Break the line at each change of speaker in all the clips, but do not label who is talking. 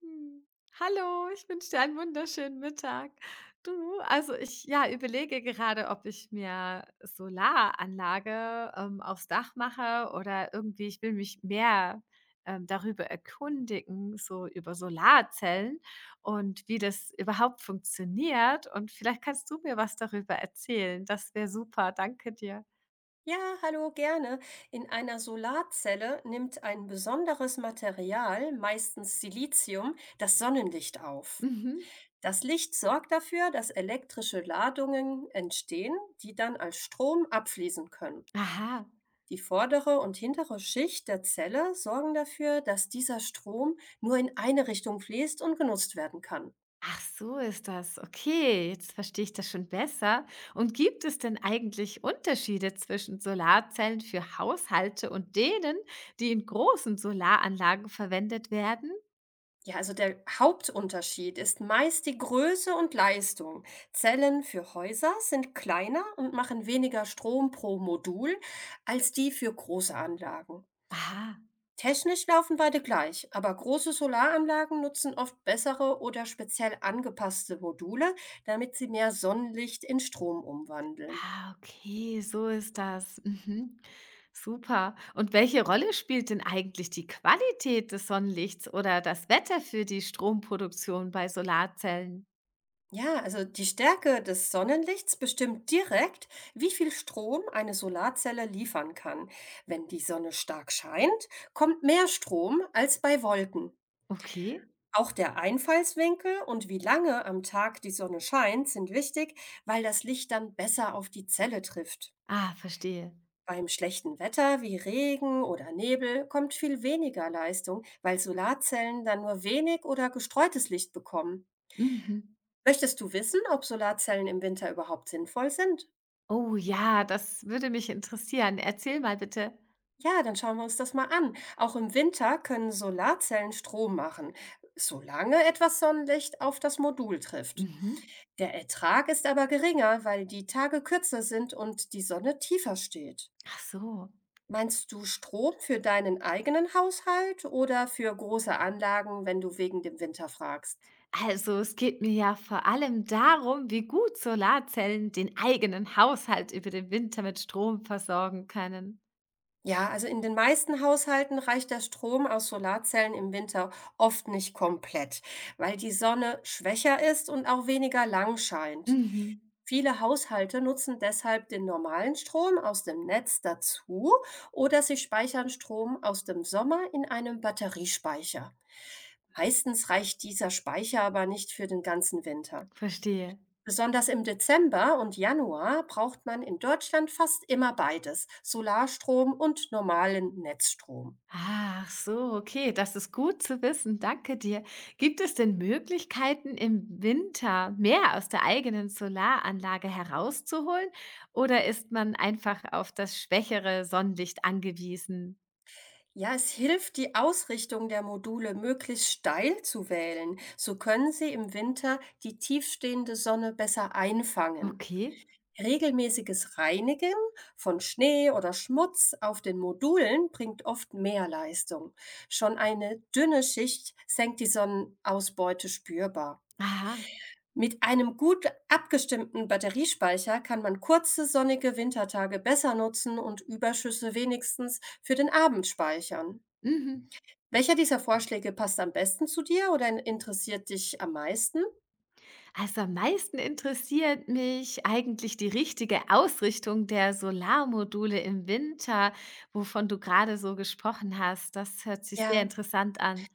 Hm. Hallo, ich wünsche dir einen wunderschönen Mittag. Du, also ich ja, überlege gerade, ob ich mir Solaranlage, aufs Dach mache oder irgendwie ich will mich mehr, darüber erkundigen, so über Solarzellen und wie das überhaupt funktioniert. Und vielleicht kannst du mir was darüber erzählen. Das wäre super. Danke dir.
Ja, hallo, gerne. In einer Solarzelle nimmt ein besonderes Material, meistens Silizium, das Sonnenlicht auf.
Mhm.
Das Licht sorgt dafür, dass elektrische Ladungen entstehen, die dann als Strom abfließen können.
Aha.
Die vordere und hintere Schicht der Zelle sorgen dafür, dass dieser Strom nur in eine Richtung fließt und genutzt werden kann.
Ach, so ist das. Okay, jetzt verstehe ich das schon besser. Und gibt es denn eigentlich Unterschiede zwischen Solarzellen für Haushalte und denen, die in großen Solaranlagen verwendet werden?
Ja, also der Hauptunterschied ist meist die Größe und Leistung. Zellen für Häuser sind kleiner und machen weniger Strom pro Modul als die für große Anlagen.
Ah,
Technisch laufen beide gleich, aber große Solaranlagen nutzen oft bessere oder speziell angepasste Module, damit sie mehr Sonnenlicht in Strom umwandeln.
ah, okay, so ist das. Mhm. Super. Und welche Rolle spielt denn eigentlich die Qualität des Sonnenlichts oder das Wetter für die Stromproduktion bei Solarzellen?
Ja, also die Stärke des Sonnenlichts bestimmt direkt, wie viel Strom eine Solarzelle liefern kann. Wenn die Sonne stark scheint, kommt mehr Strom als bei Wolken.
Okay.
Auch der Einfallswinkel und wie lange am Tag die Sonne scheint sind wichtig, weil das Licht dann besser auf die Zelle trifft.
Ah, verstehe.
Beim schlechten Wetter wie Regen oder Nebel kommt viel weniger Leistung, weil Solarzellen dann nur wenig oder gestreutes Licht bekommen.
Mhm.
Möchtest du wissen, ob Solarzellen im Winter überhaupt sinnvoll sind?
Oh ja, das würde mich interessieren. Erzähl mal bitte.
Ja, dann schauen wir uns das mal an. Auch im Winter können Solarzellen Strom machen, solange etwas Sonnenlicht auf das Modul trifft.
Mhm.
Der Ertrag ist aber geringer, weil die Tage kürzer sind und die Sonne tiefer steht.
Ach so.
Meinst du Strom für deinen eigenen Haushalt oder für große Anlagen, wenn du wegen dem Winter fragst?
Also, es geht mir ja vor allem darum, wie gut Solarzellen den eigenen Haushalt über den Winter mit Strom versorgen können.
Ja, also in den meisten Haushalten reicht der Strom aus Solarzellen im Winter oft nicht komplett, weil die Sonne schwächer ist und auch weniger lang scheint.
Mhm.
Viele Haushalte nutzen deshalb den normalen Strom aus dem Netz dazu oder sie speichern Strom aus dem Sommer in einem Batteriespeicher. Meistens reicht dieser Speicher aber nicht für den ganzen Winter.
Verstehe.
Besonders im Dezember und Januar braucht man in Deutschland fast immer beides, Solarstrom und normalen Netzstrom.
Ach so, okay, das ist gut zu wissen. Danke dir. Gibt es denn Möglichkeiten, im Winter mehr aus der eigenen Solaranlage herauszuholen oder ist man einfach auf das schwächere Sonnenlicht angewiesen?
Ja, es hilft, die Ausrichtung der Module möglichst steil zu wählen. So können sie im Winter die tiefstehende Sonne besser einfangen.
Okay.
Regelmäßiges Reinigen von Schnee oder Schmutz auf den Modulen bringt oft mehr Leistung. Schon eine dünne Schicht senkt die Sonnenausbeute spürbar.
Aha.
Mit einem gut abgestimmten Batteriespeicher kann man kurze sonnige Wintertage besser nutzen und Überschüsse wenigstens für den Abend speichern.
Mhm.
Welcher dieser Vorschläge passt am besten zu dir oder interessiert dich am meisten?
Also am meisten interessiert mich eigentlich die richtige Ausrichtung der Solarmodule im Winter, wovon du gerade so gesprochen hast. Das hört sich sehr
Ja,
interessant an.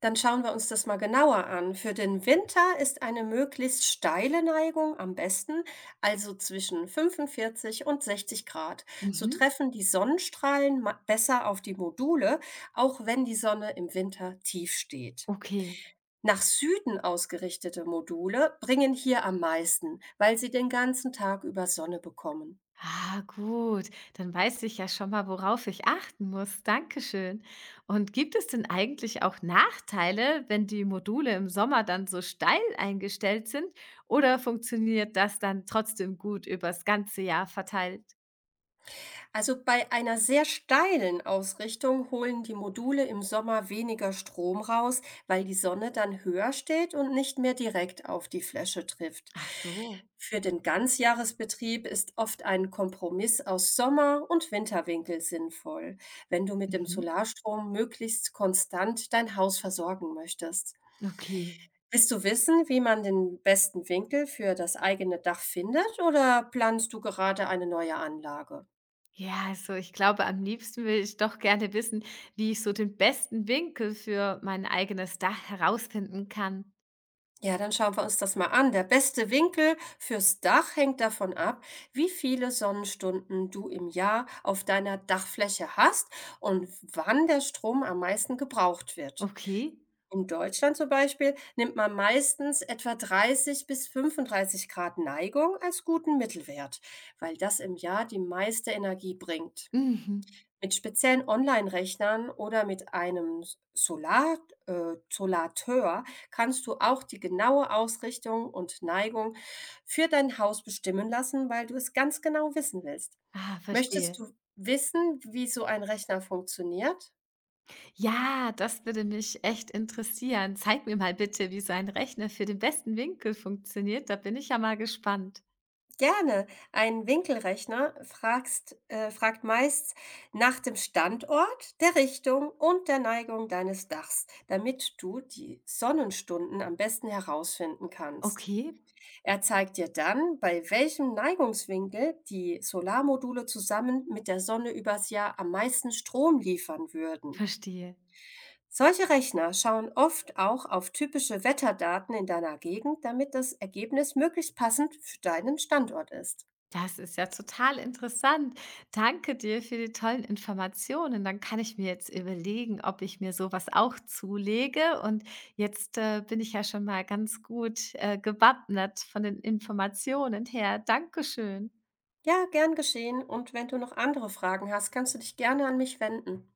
dann schauen wir uns das mal genauer an. Für den Winter ist eine möglichst steile Neigung am besten, also zwischen 45 und 60 Grad. So
Mhm.
treffen die Sonnenstrahlen besser auf die Module, auch wenn die Sonne im Winter tief steht.
Okay.
Nach Süden ausgerichtete Module bringen hier am meisten, weil sie den ganzen Tag über Sonne bekommen.
Ah, gut. Dann weiß ich ja schon mal, worauf ich achten muss. Dankeschön. Und gibt es denn eigentlich auch Nachteile, wenn die Module im Sommer dann so steil eingestellt sind? Oder funktioniert das dann trotzdem gut übers ganze Jahr verteilt?
Also bei einer sehr steilen Ausrichtung holen die Module im Sommer weniger Strom raus, weil die Sonne dann höher steht und nicht mehr direkt auf die Fläche trifft.
Ach so.
Für den Ganzjahresbetrieb ist oft ein Kompromiss aus Sommer- und Winterwinkel sinnvoll, wenn du mit dem
Mhm.
Solarstrom möglichst konstant dein Haus versorgen möchtest.
Okay.
Willst du wissen, wie man den besten Winkel für das eigene Dach findet oder planst du gerade eine neue Anlage?
Ja, also ich glaube, am liebsten will ich doch gerne wissen, wie ich so den besten Winkel für mein eigenes Dach herausfinden kann.
Ja, dann schauen wir uns das mal an. Der beste Winkel fürs Dach hängt davon ab, wie viele Sonnenstunden du im Jahr auf deiner Dachfläche hast und wann der Strom am meisten gebraucht wird.
Okay.
In Deutschland zum Beispiel nimmt man meistens etwa 30 bis 35 Grad Neigung als guten Mittelwert, weil das im Jahr die meiste Energie bringt.
Mhm.
Mit speziellen Online-Rechnern oder mit einem S Solar Solateur kannst du auch die genaue Ausrichtung und Neigung für dein Haus bestimmen lassen, weil du es ganz genau wissen willst.
Ah,
Möchtest
verstehe.
du wissen, wie so ein Rechner funktioniert?
Ja, das würde mich echt interessieren. Zeig mir mal bitte, wie so ein Rechner für den besten Winkel funktioniert. Da bin ich ja mal gespannt.
Gerne. Ein Winkelrechner fragt meist nach dem Standort, der Richtung und der Neigung deines Dachs, damit du die Sonnenstunden am besten herausfinden kannst.
Okay,
Er zeigt dir dann, bei welchem Neigungswinkel die Solarmodule zusammen mit der Sonne übers Jahr am meisten Strom liefern würden.
verstehe.
Solche Rechner schauen oft auch auf typische Wetterdaten in deiner Gegend, damit das Ergebnis möglichst passend für deinen Standort ist.
Das ist ja total interessant. Danke dir für die tollen Informationen. Dann kann ich mir jetzt überlegen, ob ich mir sowas auch zulege. Und jetzt bin ich ja schon mal ganz gut gewappnet von den Informationen her. Dankeschön.
Ja, gern geschehen, und wenn du noch andere Fragen hast, kannst du dich gerne an mich wenden.